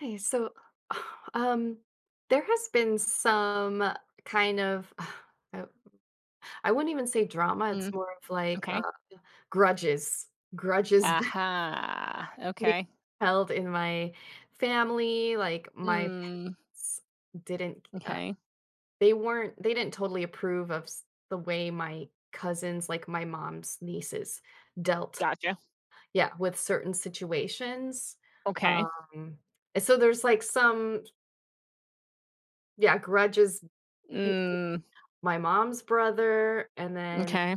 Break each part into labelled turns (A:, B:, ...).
A: Hi. So, um, there has been some kind of, I, I wouldn't even say drama. It's
B: Mm,
A: more of like
B: okay.
A: grudges, grudges
B: Aha.
A: being
B: Okay.
A: held in my family. Like my
B: Mm,
A: parents didn't,
B: okay.
A: they didn't totally approve of the way my cousins, like my mom's nieces, dealt,
B: Gotcha.
A: yeah, with certain situations.
B: Okay.
A: Um, and so there's like some, yeah, grudges.
B: Mm,
A: My mom's brother, and then
B: okay.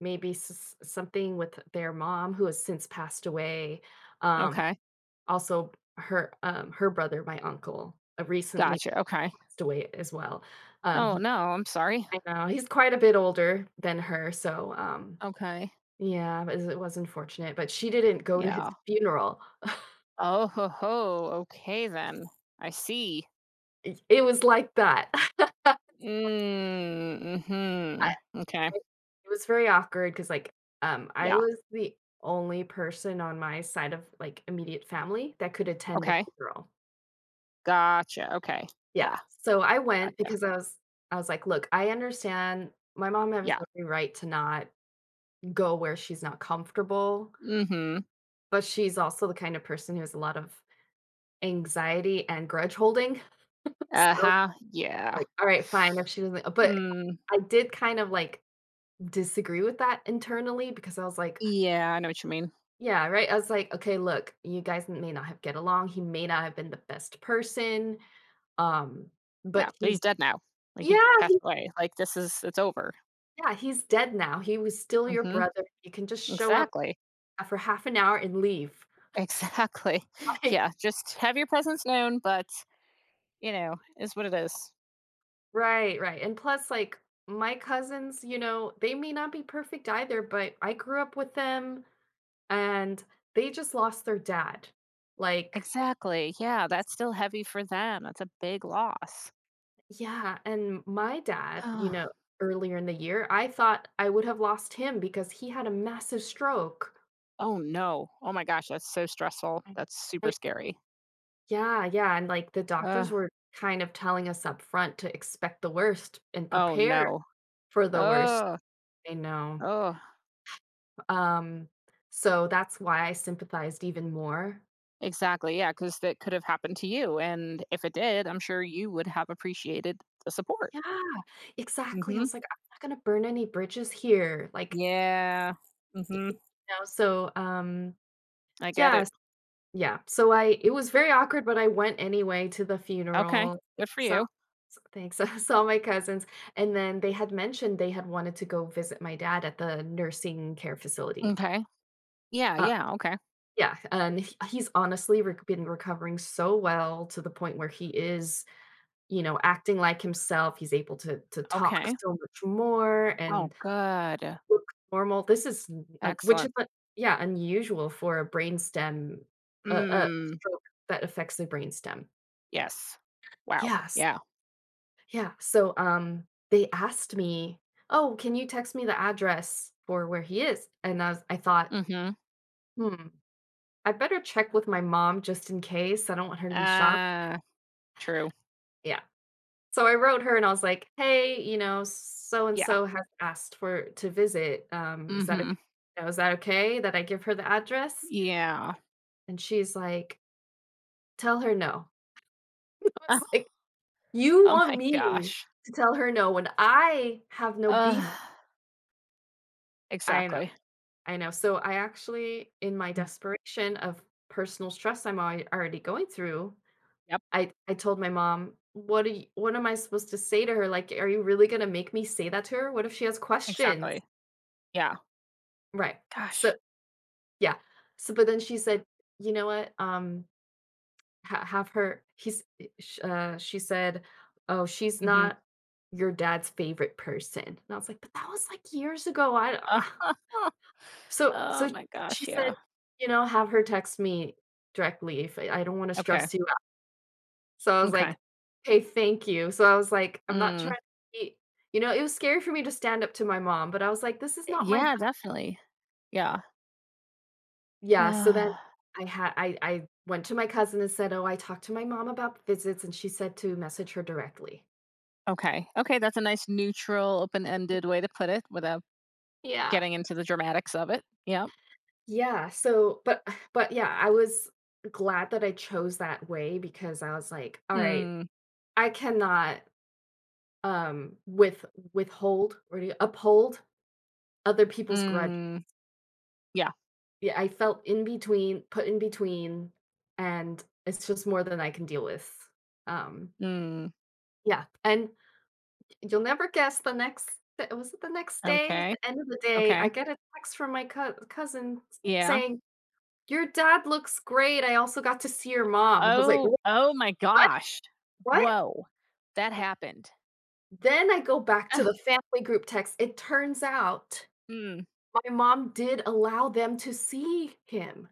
A: maybe s something with their mom who has since passed away, um,
B: Okay.
A: also her, um, her brother, my uncle, recently
B: Gotcha. Okay.
A: passed away as well.
B: Oh
A: He,
B: no, I'm sorry.
A: I know, he's quite a bit older than her, so,
B: Okay.
A: yeah, it was, it was unfortunate, but she didn't go to his
B: Yeah.
A: funeral.
B: Oh ho ho. Okay then. I see.
A: It was like that.
B: Mm, mm-hmm. Okay.
A: It it was very awkward because, like, I
B: Yeah.
A: was the only person on my side of, like, immediate family that could attend the
B: Okay.
A: funeral.
B: Gotcha. Okay.
A: Yeah,
B: Yeah.
A: so I went
B: Gotcha.
A: because I was like, "Look, I understand my mom has
B: Yeah.
A: every right to not go where she's not comfortable,
B: Mm-hmm.
A: but she's also the kind of person who has a lot of anxiety and grudge holding." So,
B: Uh-huh. Yeah.
A: like, "All right, fine, if she doesn't," but
B: Mm.
A: I did kind of, like, disagree with that internally because I was like,
B: Yeah, I know what you mean.
A: yeah, right? I was like, "Okay, look, you guys may not have get along, he may not have been the best person, um, but
B: Yeah, but he's
A: he's"
B: dead now. Like,
A: Yeah,
B: he passed away. Like, this is it's over.
A: he's dead now, he was still your
B: Mhm.
A: brother, you can just show up
B: Exactly.
A: for half an hour and leave,
B: Exactly.
A: like.
B: Yeah, just have your presence known, but, is what it is.
A: Right, right, and plus, like, my cousins, you know, they may not be perfect either, but I grew up with them, and they just lost their dad, like.
B: Exactly. Yeah, that's still heavy for them. That's a big loss.
A: Yeah, and my dad, you know, earlier in the year, I thought I would have lost him because he had a massive stroke.
B: Oh, no. Oh my gosh, that's so stressful.
A: I
B: That's super
A: I
B: scary.
A: Yeah, yeah, and, like, the doctors
B: Ugh.
A: were kind of telling us up front to expect the worst and
B: Oh,
A: prepare
B: no.
A: for the worst.
B: Oh
A: I know.
B: oh.
A: Um, so that's why I sympathized even more.
B: Exactly, yeah. Because that could have happened to you, and if it did, I'm sure you would have appreciated the support.
A: Yeah, exactly. I
B: Mhm.
A: was like, "I'm not gonna burn any bridges here," like,
B: Yeah.
A: y y
B: Mhm.
A: you know, so,
B: I get
A: yeah.
B: it.
A: Yeah, so I it was very awkward, but I went anyway to the
B: Okay.
A: funeral.
B: Good for
A: So
B: you.
A: so thanks. I saw my cousins, and then they had mentioned they had wanted to go visit my dad at the nursing care facility.
B: Okay. Yeah,
A: Uh,
B: yeah, okay,
A: yeah, and he's honestly rec been recovering so well to the point where he is, you know, acting like himself. He's able to talk
B: okay.
A: so much more
B: Oh,
A: and
B: good.
A: look normal. This is n Which
B: Excellent.
A: is, yeah, unusual for a brainstem a
B: Mm,
A: stroke that affects the brainstem.
B: yes. Wow,
A: Yes.
B: yeah.
A: Yeah. So, they asked me, "Oh, can you text me the address for where he is?" And I thought,
B: Mhm.
A: "Hmm, I better check with my mom just in case. I don't want her to be shocked."
B: Uh, true.
A: Yeah. So I wrote her and I was like, "Hey, you know, so and
B: Yeah.
A: so has asked for to visit. Is that okay?
B: Mhm.
A: You know, is that okay that I give her the address?"
B: Yeah.
A: And she's like, "Tell her no." I was like, "You
B: Oh
A: want
B: my
A: me
B: gosh.
A: to tell her no when I have no
B: Ugh.
A: beef?" I know.
B: Exactly.
A: I know. So I actually, in my
B: Mm,
A: desperation of personal stress I'm already going through,
B: yep,
A: I told my mom, "What do you What am I supposed to say to her? Like, are you really gonna make me say that to her? What if she has questions?"
B: exactly. Yeah.
A: Right.
B: Gosh.
A: So yeah. So but then she said, "You know what? Ha have her." He's eh, sh She said, "Oh, she's
B: Mhm.
A: not your dad's favorite person." And I was like, "But that was like years ago. I" So
B: Oh
A: so
B: my
A: she
B: gosh,
A: said,
B: yeah.
A: you know, "Have her text me directly if I don't wanna
B: Okay,
A: stress you out." So I was
B: okay.
A: like, "Hey, thank you." So I was like, "I'm not
B: Mm.
A: trying to be," you know, it was scary for me to stand up to my mom, but I was like, "This is not my ba"
B: Yeah, definitely. Yeah.
A: Yeah, so then
B: Uh.
A: I went to my cousin and said, "Oh, I talked to my mom about visits, and she said to message her directly."
B: Okay. Okay, that's a nice neutral, open-ended way to put it without
A: Yeah.
B: getting into the dramatics of it. Yeah.
A: Yeah, so but but yeah, I was glad that I chose that way because I was like, "Alright,
B: Mm.
A: I cannot, um, withhold or to uphold other people's grudge."
B: Mm. Yeah.
A: Yeah, I felt in between put in between, and it's just more than I can deal with. Um,
B: Mm.
A: yeah, and you'll never guess the next th was it the next day? At
B: Okay.
A: the end of the day, I
B: Okay.
A: get a text from my cousin
B: Yeah.
A: saying, "Your dad looks great. I also got to see your mom." I was like,
B: Oh, oh my
A: What?
B: gosh.
A: What?"
B: Whoa. That happened.
A: Then I go back to the family group text. It turns out
B: Mm.
A: my mom did allow them to see him.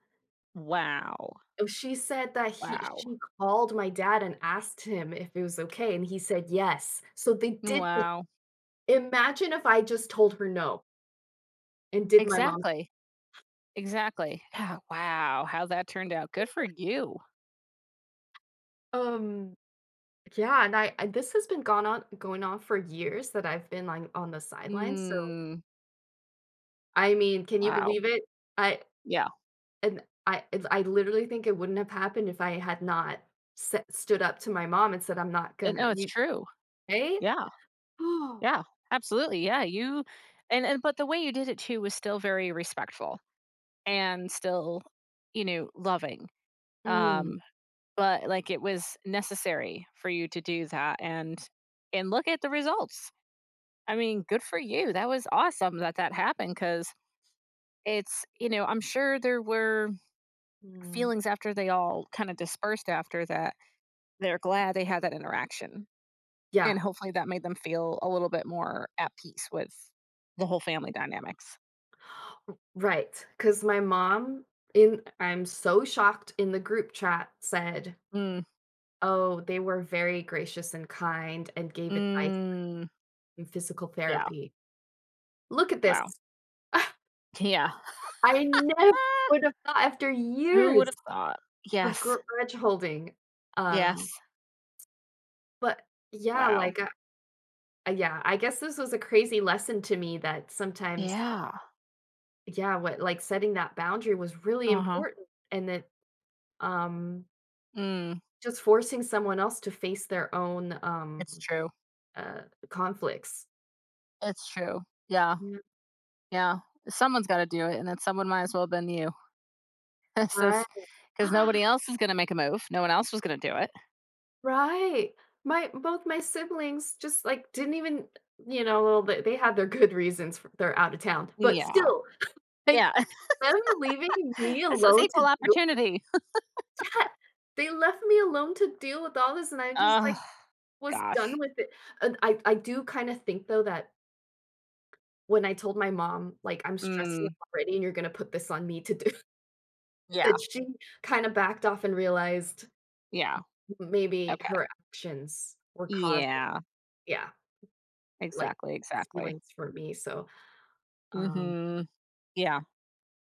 B: Wow.
A: Oh, she said that he
B: Wow.
A: she called my dad and asked him if it was okay, and he said yes. So they did it.
B: Wow.
A: Imagine if I just told her no and did my mom's.
B: Exactly. Exactly. Yeah, wow, how that turned out. Good for you.
A: Um, yeah, and I and this has been gone on going on for years that I've been, like, on the sidelines, so,
B: Mm.
A: I mean, can you
B: Wow.
A: believe it? I
B: Yeah.
A: I literally think it wouldn't have happened if I had not s stood up to my mom and said, "I'm not gonna,"
B: No, it's
A: you
B: true.
A: right?
B: Yeah. Yeah, absolutely. Yeah, you and but the way you did it too was still very respectful and still, loving.
A: Mm.
B: Um, but like it was necessary for you to do that and look at the results. I mean, good for you. That was awesome that that happened, cuz it's, I'm sure there were
A: Mm,
B: feelings after they all kind of dispersed after that. They're glad they had that interaction.
A: yeah,
B: And hopefully that made them feel a little bit more at peace with the whole family dynamics.
A: right. Because my mom in, I'm so shocked, in the group chat said,
B: Mm,
A: "Oh, they were very gracious and kind and gave advice
B: mm,
A: in physical
B: yeah,
A: therapy." Look at this.
B: wow, yeah.
A: I never
B: Ah,
A: would have thought, after
B: who would
A: years
B: have thought?
A: of gr
B: Yes,
A: grudge holding.
B: yes,
A: Um, but yeah,
B: wow,
A: like, yeah, I guess this was a crazy lesson to me that sometimes
B: yeah,
A: yeah, what, like, setting that boundary was really
B: uh-huh,
A: important and that, um,
B: mm,
A: just forcing someone else to face their own,
B: it's true,
A: uh, conflicts.
B: it's true, yeah,
A: Yeah,
B: yeah, someone's gotta do it, and then someone might as well have been you. This is
A: right.
B: because nobody else is gonna make a move, no one else was gonna do it.
A: Right. My, both my siblings just, like, didn't even, you know, well, they had their good reasons, for they're out of town, but
B: Yeah,
A: still, like,
B: yeah,
A: them leaving me
B: this was
A: alone to
B: equal
A: deal.
B: opportunity.
A: Yeah, they left me alone to deal with all this, and I just,
B: Oh,
A: like, was done
B: gosh,
A: with it, and I do kinda think, though, that when I told my mom, like, "I'm stressed
B: mm,
A: already, and you're gonna put this on me to do."
B: yeah,
A: But she kinda backed off and realized
B: yeah,
A: maybe
B: okay,
A: her actions were causing,
B: yeah,
A: yeah, like,
B: exactly,
A: these
B: exactly,
A: feelings for me, so, um,
B: mhm, yeah.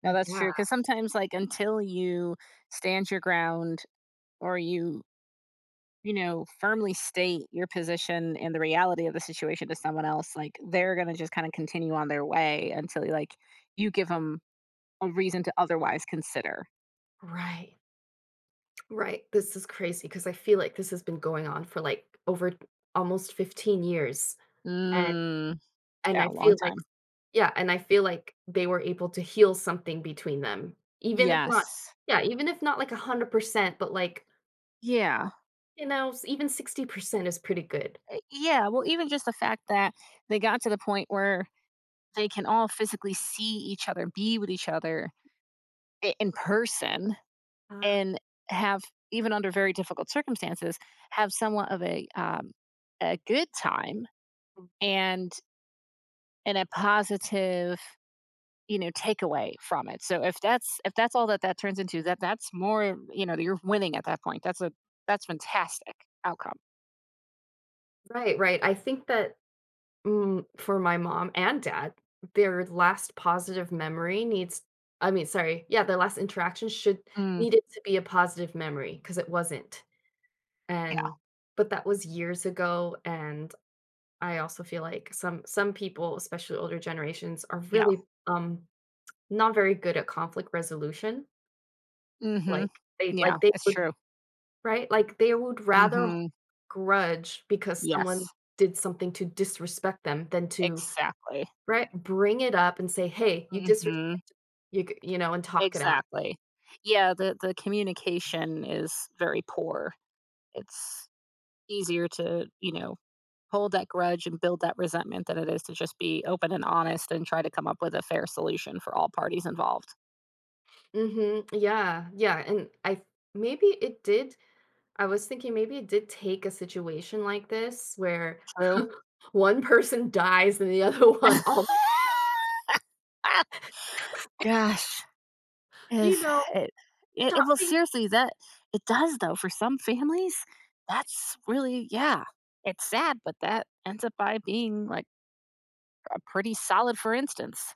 B: No,
A: but
B: that's true.
A: yeah,
B: Because sometimes, like, until you stand your ground or you, firmly state your position and the reality of the situation to someone else, like, they're gonna just kinda continue on their way until, like, you give them a reason to otherwise consider.
A: right, right, this is crazy because I feel like this has been going on for, like, over almost 15 years, and
B: Mm, yeah,
A: I
B: a long
A: feel like
B: time.
A: yeah, and I feel like they were able to heal something between them, even if not,
B: Yes.
A: yeah, even if not, like, 100%, but, like,
B: Yeah.
A: you know, s even 60% is pretty good.
B: Eh, yeah, well, even just the fact that they got to the point where they can all physically see each other, be with each other I in person
A: Uh,
B: and have, even under very difficult circumstances, have somewhat of a good time and a positive, takeaway from it. So if that's, if that's all that that turns into, that that's more, you're winning at that point. That's a, that's fantastic outcome.
A: right, right, I think that, mm, for my mom and dad, their last positive memory needs, I mean, sorry, yeah, their last interaction should,
B: Mm,
A: needed to be a positive memory because it wasn't,
B: yeah,
A: and but that was years ago, and I also feel like some people, especially older generations, are
B: yeah.
A: really, not very good at conflict resolution,
B: Mm-hmm.
A: like,
B: Yeah,
A: they
B: it's
A: would
B: true.
A: right? Like, they would rather
B: Mm-hmm.
A: grudge because
B: Yes.
A: someone did something to disrespect them than to,
B: Exactly.
A: right, bring it up and say, "Hey, you disres"
B: Mm-hmm.
A: you know, and talk it out.
B: Exactly. Yeah, the communication is very poor. It's easier to, hold that grudge and build that resentment than it is to just be open and honest and try to come up with a fair solution for all parties involved.
A: Mhm, yeah, yeah, and I maybe it did, I was thinking maybe it did take a situation like this where
B: True.
A: one person dies and the other one all,
B: Gosh,
A: you
B: is
A: know,
B: it, it, it?
A: "Stop
B: Well,
A: being"
B: seriously, that it does though. For some families, that's really, yeah. It's sad, but that ends up by being like a pretty solid. For instance,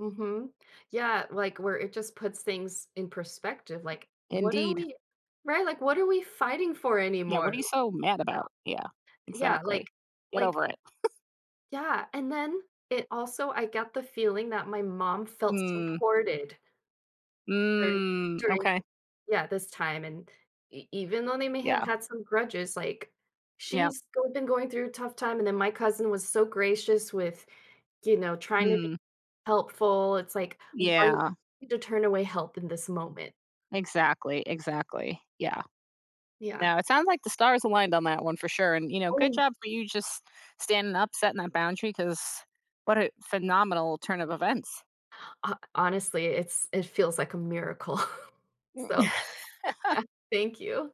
A: Mhm. Yeah, like, where it just puts things in perspective, like, what are
B: indeed.
A: we right, like, what are we fighting for
B: Yeah. What
A: anymore?
B: are you so mad about? Yeah.
A: Yeah, like
B: Exactly. Get
A: like
B: over it.
A: yeah, and then it also, I get the feeling that my mom felt
B: Hmm.
A: supported during
B: Mm,
A: during,
B: okay.
A: yeah, this time, and e even though they may have
B: Yeah.
A: had some grudges, like,
B: Yeah.
A: she's go been going through a tough time, and then my cousin was so gracious with, you know, trying to be
B: Mm.
A: helpful, it's like, "W are
B: Yeah.
A: you to turn away help in this moment."
B: Exactly. Exactly. Yeah.
A: Yeah.
B: No, it sounds like the stars aligned on that one for sure. And, good
A: Oh,
B: job for you just standing up, setting that boundary, because what a phenomenal turn of events.
A: ho honestly, it's it feels like a miracle. So, yeah, thank you.